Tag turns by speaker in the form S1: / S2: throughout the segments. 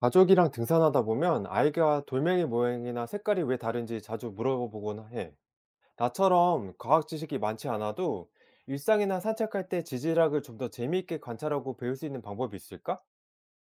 S1: 가족이랑 등산하다 보면 아이가 돌멩이 모양이나 색깔이 왜 다른지 자주 물어보곤 해. 나처럼 과학 지식이 많지 않아도 일상이나 산책할 때 지질학을 좀 더 재미있게 관찰하고 배울 수 있는 방법이 있을까?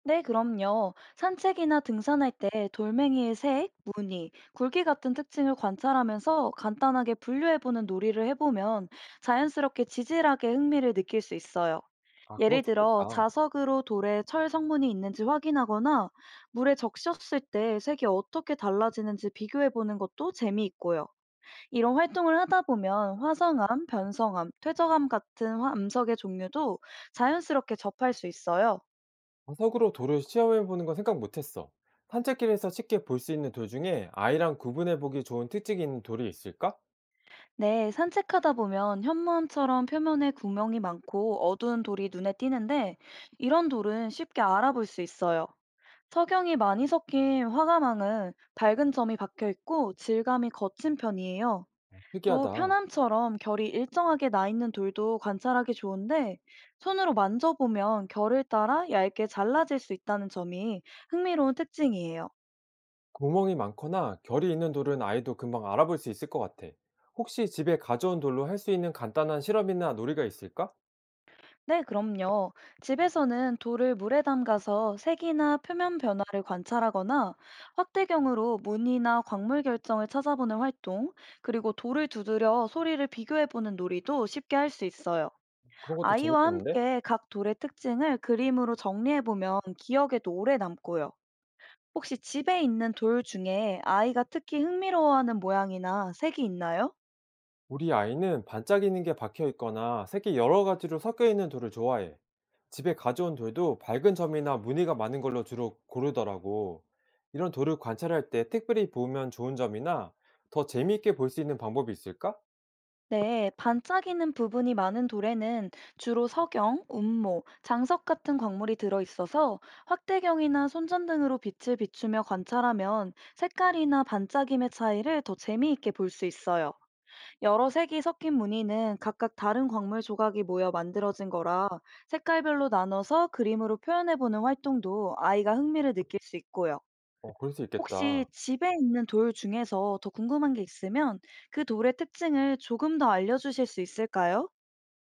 S2: 네, 그럼요. 산책이나 등산할 때 돌멩이의 색, 무늬, 굵기 같은 특징을 관찰하면서 간단하게 분류해보는 놀이를 해보면 자연스럽게 지질학에 흥미를 느낄 수 있어요.
S1: 아, 그거
S2: 예를 들어,
S1: 좋겠다.
S2: 자석으로 돌에 철 성분이 있는지 확인하거나 물에 적셨을 때 색이 어떻게 달라지는지 비교해보는 것도 재미있고요. 이런 활동을 하다 보면 화성암, 변성암, 퇴적암 같은 암석의 종류도 자연스럽게 접할 수 있어요.
S1: 화석으로 돌을 시험해보는 건 생각 못했어. 산책길에서 쉽게 볼 수 있는 돌 중에 아이랑 구분해보기 좋은 특징이 있는 돌이 있을까?
S2: 네, 산책하다 보면 현무암처럼 표면에 구멍이 많고 어두운 돌이 눈에 띄는데 이런 돌은 쉽게 알아볼 수 있어요. 석영이 많이 섞인 화가망은 밝은 점이 박혀 있고 질감이 거친 편이에요.
S1: 어,
S2: 또
S1: 특이하다.
S2: 편암처럼 결이 일정하게 나 있는 돌도 관찰하기 좋은데 손으로 만져보면 결을 따라 얇게 잘라질 수 있다는 점이 흥미로운 특징이에요.
S1: 구멍이 많거나 결이 있는 돌은 아이도 금방 알아볼 수 있을 것 같아. 혹시 집에 가져온 돌로 할 수 있는 간단한 실험이나 놀이가 있을까?
S2: 네, 그럼요. 집에서는 돌을 물에 담가서 색이나 표면 변화를 관찰하거나 확대경으로 무늬나 광물 결정을 찾아보는 활동, 그리고 돌을 두드려 소리를 비교해보는 놀이도 쉽게 할 수 있어요.
S1: 그런 것도
S2: 아이와
S1: 재밌겠는데?
S2: 함께 각 돌의 특징을 그림으로 정리해보면 기억에도 오래 남고요. 혹시 집에 있는 돌 중에 아이가 특히 흥미로워하는 모양이나 색이 있나요?
S1: 우리 아이는 반짝이는 게 박혀 있거나 색이 여러 가지로 섞여 있는 돌을 좋아해. 집에 가져온 돌도 밝은 점이나 무늬가 많은 걸로 주로 고르더라고. 이런 돌을 관찰할 때 특별히 보면 좋은 점이나 더 재미있게 볼 수 있는 방법이 있을까?
S2: 네, 반짝이는 부분이 많은 돌에는 주로 석영, 운모, 장석 같은 광물이 들어 있어서 확대경이나 손전등으로 빛을 비추며 관찰하면 색깔이나 반짝임의 차이를 더 재미있게 볼 수 있어요. 여러 색이 섞인 무늬는 각각 다른 광물 조각이 모여 만들어진 거라 색깔별로 나눠서 그림으로 표현해보는 활동도 아이가 흥미를 느낄 수 있고요.
S1: 어, 그럴 수
S2: 혹시
S1: 있겠다.
S2: 집에 있는 돌 중에서 더 궁금한 게 있으면 그 돌의 특징을 조금 더 알려주실 수 있을까요?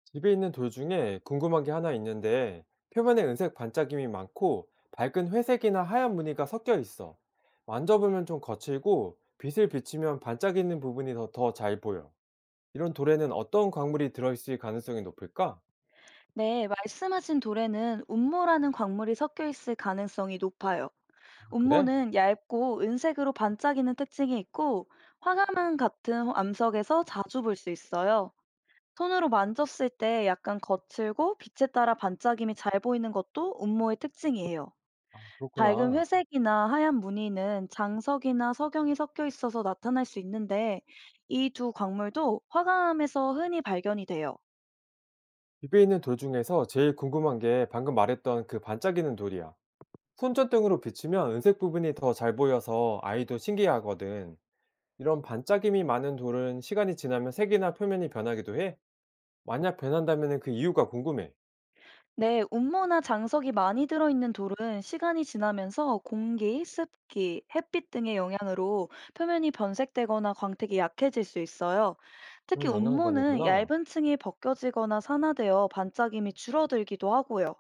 S1: 집에 있는 돌 중에 궁금한 게 하나 있는데, 표면에 은색 반짝임이 많고, 밝은 회색이나 하얀 무늬가 섞여 있어. 만져보면 좀 거칠고, 빛을 비치면 반짝이는 부분이 더 잘 보여. 이런 돌에는 어떤 광물이 들어있을 가능성이 높을까?
S2: 네, 말씀하신 돌에는 운모라는 광물이 섞여 있을 가능성이 높아요.
S1: 아, 그래?
S2: 운모는 얇고 은색으로 반짝이는 특징이 있고 화가만 같은 암석에서 자주 볼 수 있어요. 손으로 만졌을 때 약간 거칠고 빛에 따라 반짝임이 잘 보이는 것도 운모의 특징이에요.
S1: 아,
S2: 밝은
S1: 그렇구나.
S2: 회색이나 하얀 무늬는 장석이나 석영이 섞여 있어서 나타날 수 있는데 이 두 광물도 화강암에서 흔히 발견이 돼요.
S1: 집에 있는 돌 중에서 제일 궁금한 게 방금 말했던 그 반짝이는 돌이야. 손전등으로 비치면 은색 부분이 더 잘 보여서 아이도 신기해하거든. 이런 반짝임이 많은 돌은 시간이 지나면 색이나 표면이 변하기도 해? 만약 변한다면 그 이유가 궁금해.
S2: 네, 운모나 장석이 많이 들어있는 돌은 시간이 지나면서 공기, 습기, 햇빛 등의 영향으로 표면이 변색되거나 광택이 약해질 수 있어요. 특히
S1: 그런 영향을
S2: 운모는
S1: 받는구나.
S2: 얇은 층이 벗겨지거나 산화되어 반짝임이 줄어들기도 하고요.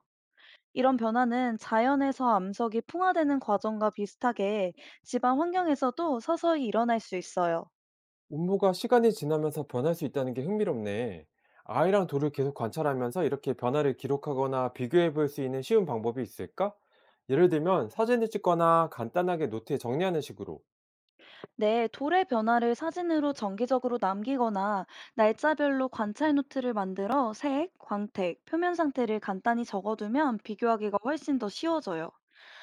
S2: 이런 변화는 자연에서 암석이 풍화되는 과정과 비슷하게 집안 환경에서도 서서히 일어날 수 있어요.
S1: 음모가 시간이 지나면서 변할 수 있다는 게 흥미롭네. 아이랑 돌을 계속 관찰하면서 이렇게 변화를 기록하거나 비교해 볼 수 있는 쉬운 방법이 있을까? 예를 들면 사진을 찍거나 간단하게 노트에 정리하는 식으로.
S2: 네, 돌의 변화를 사진으로 정기적으로 남기거나 날짜별로 관찰 노트를 만들어 색, 광택, 표면 상태를 간단히 적어두면 비교하기가 훨씬 더 쉬워져요.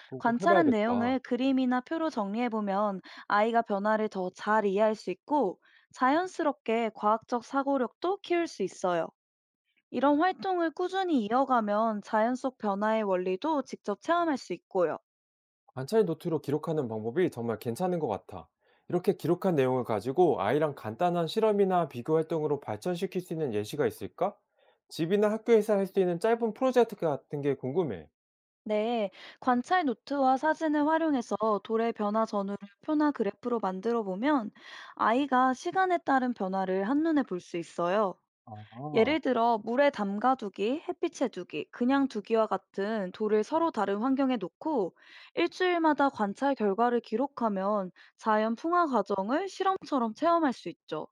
S1: 그거 꼭
S2: 관찰한 내용을
S1: 해봐야겠다.
S2: 그림이나 표로 정리해보면 아이가 변화를 더 잘 이해할 수 있고 자연스럽게 과학적 사고력도 키울 수 있어요. 이런 활동을 꾸준히 이어가면 자연 속 변화의 원리도 직접 체험할 수 있고요.
S1: 관찰 노트로 기록하는 방법이 정말 괜찮은 것 같아. 이렇게 기록한 내용을 가지고 아이랑 간단한 실험이나 비교 활동으로 발전시킬 수 있는 예시가 있을까? 집이나 학교에서 할 수 있는 짧은 프로젝트 같은 게 궁금해.
S2: 네, 관찰 노트와 사진을 활용해서 돌의 변화 전후를 표나 그래프로 만들어 보면 아이가 시간에 따른 변화를 한눈에 볼 수 있어요.
S1: 아.
S2: 예를 들어 물에 담가두기, 햇빛에 두기, 그냥 두기와 같은 돌을 서로 다른 환경에 놓고 일주일마다 관찰 결과를 기록하면 자연 풍화 과정을 실험처럼 체험할 수 있죠.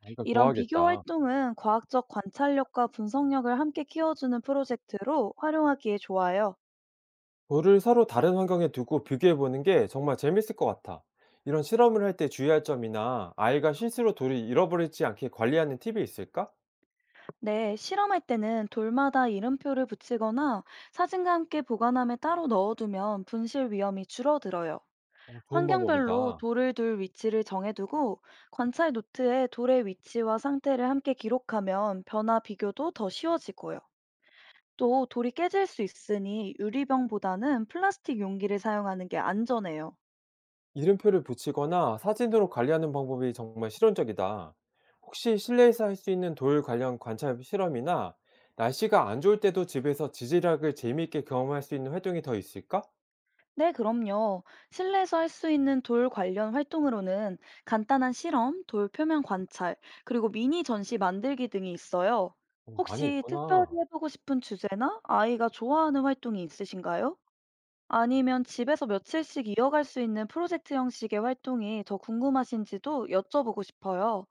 S1: 아이가
S2: 이런 비교
S1: 좋아하겠다.
S2: 활동은 과학적 관찰력과 분석력을 함께 키워주는 프로젝트로 활용하기에 좋아요.
S1: 돌을 서로 다른 환경에 두고 비교해 보는 게 정말 재밌을 것 같아. 이런 실험을 할 때 주의할 점이나 아이가 실수로 돌을 잃어버리지 않게 관리하는 팁이 있을까?
S2: 네, 실험할 때는 돌마다 이름표를 붙이거나 사진과 함께 보관함에 따로 넣어두면 분실 위험이 줄어들어요.
S1: 어, 좋은
S2: 환경별로
S1: 방법이다.
S2: 돌을 둘 위치를 정해두고 관찰 노트에 돌의 위치와 상태를 함께 기록하면 변화 비교도 더 쉬워지고요. 또 돌이 깨질 수 있으니 유리병보다는 플라스틱 용기를 사용하는 게 안전해요.
S1: 이름표를 붙이거나 사진으로 관리하는 방법이 정말 실용적이다. 혹시 실내에서 할 수 있는 돌 관련 관찰 실험이나 날씨가 안 좋을 때도 집에서 지질학을 재미있게 경험할 수 있는 활동이 더 있을까?
S2: 네, 그럼요. 실내에서 할 수 있는 돌 관련 활동으로는 간단한 실험, 돌 표면 관찰, 그리고 미니 전시 만들기 등이 있어요.
S1: 어, 많이
S2: 혹시 특별히
S1: 있구나.
S2: 해보고 싶은 주제나 아이가 좋아하는 활동이 있으신가요? 아니면 집에서 며칠씩 이어갈 수 있는 프로젝트 형식의 활동이 더 궁금하신지도 여쭤보고 싶어요.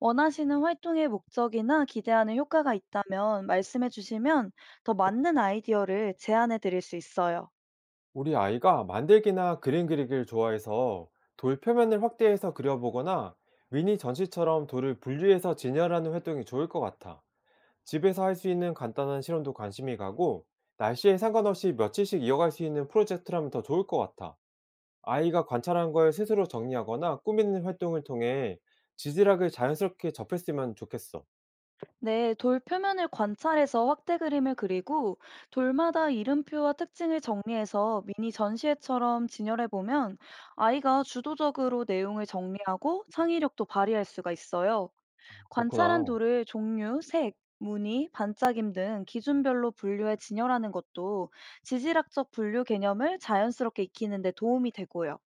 S2: 원하시는 활동의 목적이나 기대하는 효과가 있다면 말씀해 주시면 더 맞는 아이디어를 제안해 드릴 수 있어요.
S1: 우리 아이가 만들기나 그림 그리기를 좋아해서 돌 표면을 확대해서 그려보거나 미니 전시처럼 돌을 분리해서 진열하는 활동이 좋을 것 같아. 집에서 할 수 있는 간단한 실험도 관심이 가고 날씨에 상관없이 며칠씩 이어갈 수 있는 프로젝트라면 더 좋을 것 같아. 아이가 관찰한 걸 스스로 정리하거나 꾸미는 활동을 통해 지질학을 자연스럽게 접했으면 좋겠어.
S2: 네, 돌 표면을 관찰해서 확대 그림을 그리고 돌마다 이름표와 특징을 정리해서 미니 전시회처럼 진열해 보면 아이가 주도적으로 내용을 정리하고 창의력도 발휘할 수가 있어요. 관찰한
S1: 그렇구나.
S2: 돌을 종류, 색, 무늬, 반짝임 등 기준별로 분류해 진열하는 것도 지질학적 분류 개념을 자연스럽게 익히는 데 도움이 되고요.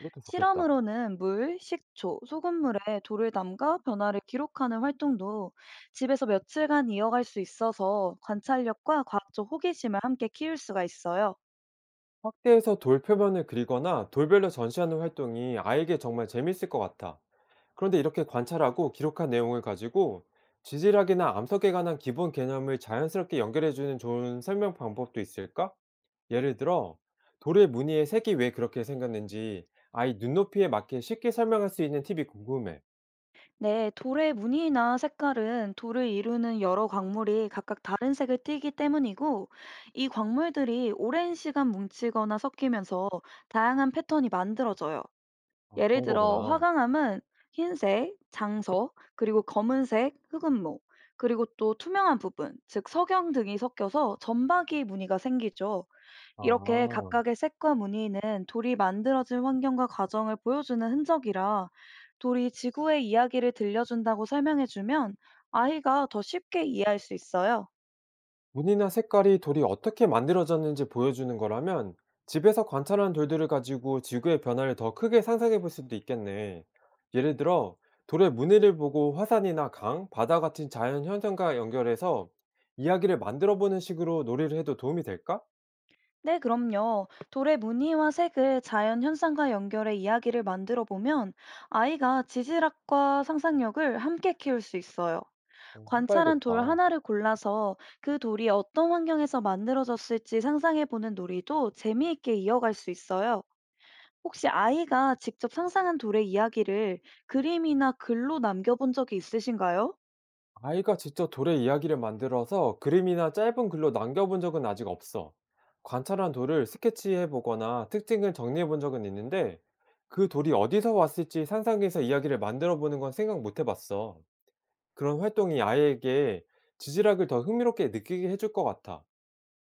S1: 이것도 좋겠다.
S2: 실험으로는 물, 식초, 소금물에 돌을 담가 변화를 기록하는 활동도 집에서 며칠간 이어갈 수 있어서 관찰력과 과학적 호기심을 함께 키울 수가 있어요.
S1: 확대해서 돌 표면을 그리거나 돌별로 전시하는 활동이 아이에게 정말 재밌을 것 같아. 그런데 이렇게 관찰하고 기록한 내용을 가지고 지질학이나 암석에 관한 기본 개념을 자연스럽게 연결해주는 좋은 설명 방법도 있을까? 예를 들어, 돌의 무늬의 색이 왜 그렇게 생겼는지 아이 눈높이에 맞게 쉽게 설명할 수 있는 팁이 궁금해.
S2: 네, 돌의 무늬나 색깔은 돌을 이루는 여러 광물이 각각 다른 색을 띠기 때문이고, 이 광물들이 오랜 시간 뭉치거나 섞이면서 다양한 패턴이 만들어져요.
S1: 아,
S2: 예를
S1: 그런 거구나.
S2: 들어 화강암은 흰색, 장서, 그리고 검은색, 흑은모, 그리고 또 투명한 부분, 즉 석영 등이 섞여서 점박이 무늬가 생기죠. 이렇게
S1: 아.
S2: 각각의 색과 무늬는 돌이 만들어진 환경과 과정을 보여주는 흔적이라 돌이 지구의 이야기를 들려준다고 설명해주면 아이가 더 쉽게 이해할 수 있어요.
S1: 무늬나 색깔이 돌이 어떻게 만들어졌는지 보여주는 거라면 집에서 관찰한 돌들을 가지고 지구의 변화를 더 크게 상상해 볼 수도 있겠네. 예를 들어, 돌의 무늬를 보고 화산이나 강, 바다 같은 자연 현상과 연결해서 이야기를 만들어 보는 식으로 놀이를 해도 도움이 될까?
S2: 네, 그럼요. 돌의 무늬와 색을 자연 현상과 연결해 이야기를 만들어 보면 아이가 지질학과 상상력을 함께 키울 수 있어요.
S1: 어,
S2: 관찰한 돌
S1: 해봐야겠다.
S2: 하나를 골라서 그 돌이 어떤 환경에서 만들어졌을지 상상해 보는 놀이도 재미있게 이어갈 수 있어요. 혹시 아이가 직접 상상한 돌의 이야기를 그림이나 글로 남겨본 적이 있으신가요?
S1: 아이가 직접 돌의 이야기를 만들어서 그림이나 짧은 글로 남겨본 적은 아직 없어. 관찰한 돌을 스케치해보거나 특징을 정리해본 적은 있는데 그 돌이 어디서 왔을지 상상해서 이야기를 만들어보는 건 생각 못 해봤어. 그런 활동이 아이에게 지질학을 더 흥미롭게 느끼게 해줄 것 같아.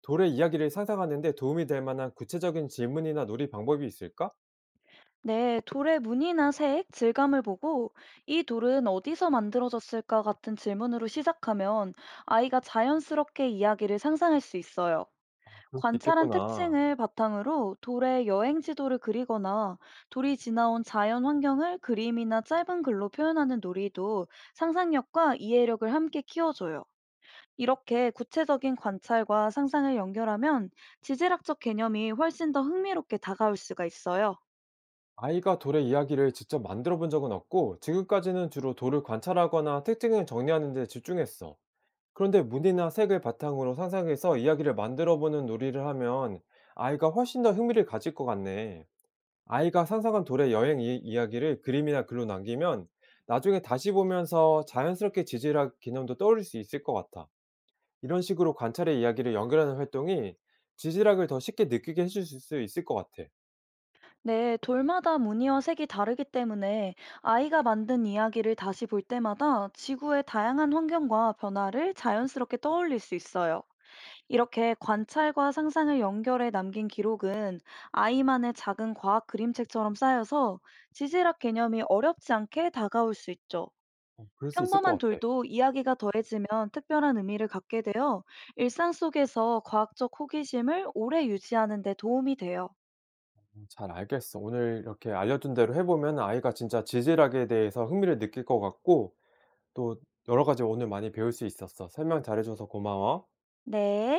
S1: 돌의 이야기를 상상하는데 도움이 될 만한 구체적인 질문이나 놀이 방법이 있을까?
S2: 네, 돌의 무늬나 색, 질감을 보고 이 돌은 어디서 만들어졌을까 같은 질문으로 시작하면 아이가 자연스럽게 이야기를 상상할 수 있어요.
S1: 그럴 수
S2: 관찰한
S1: 있겠구나.
S2: 특징을 바탕으로 돌의 여행 지도를 그리거나 돌이 지나온 자연 환경을 그림이나 짧은 글로 표현하는 놀이도 상상력과 이해력을 함께 키워줘요. 이렇게 구체적인 관찰과 상상을 연결하면 지질학적 개념이 훨씬 더 흥미롭게 다가올 수가 있어요.
S1: 아이가 돌의 이야기를 직접 만들어 본 적은 없고, 지금까지는 주로 돌을 관찰하거나 특징을 정리하는 데 집중했어. 그런데 무늬나 색을 바탕으로 상상해서 이야기를 만들어 보는 놀이를 하면 아이가 훨씬 더 흥미를 가질 것 같네. 아이가 상상한 돌의 여행 이야기를 그림이나 글로 남기면 나중에 다시 보면서 자연스럽게 지질학 개념도 떠올릴 수 있을 것 같아. 이런 식으로 관찰의 이야기를 연결하는 활동이 지질학을 더 쉽게 느끼게 해줄 수 있을 것 같아.
S2: 네, 돌마다 무늬와 색이 다르기 때문에 아이가 만든 이야기를 다시 볼 때마다 지구의 다양한 환경과 변화를 자연스럽게 떠올릴 수 있어요. 이렇게 관찰과 상상을 연결해 남긴 기록은 아이만의 작은 과학 그림책처럼 쌓여서 지질학 개념이 어렵지 않게 다가올 수 있죠.
S1: 어, 그럴 수 있을
S2: 평범한
S1: 것 같아.
S2: 돌도 이야기가 더해지면 특별한 의미를 갖게 되어 일상 속에서 과학적 호기심을 오래 유지하는 데 도움이 돼요.
S1: 잘 알겠어. 오늘 이렇게 알려준 대로 해보면 아이가 진짜 지질학에 대해서 흥미를 느낄 것 같고 또 여러 가지 오늘 많이 배울 수 있었어. 설명 잘해줘서 고마워.
S2: 네.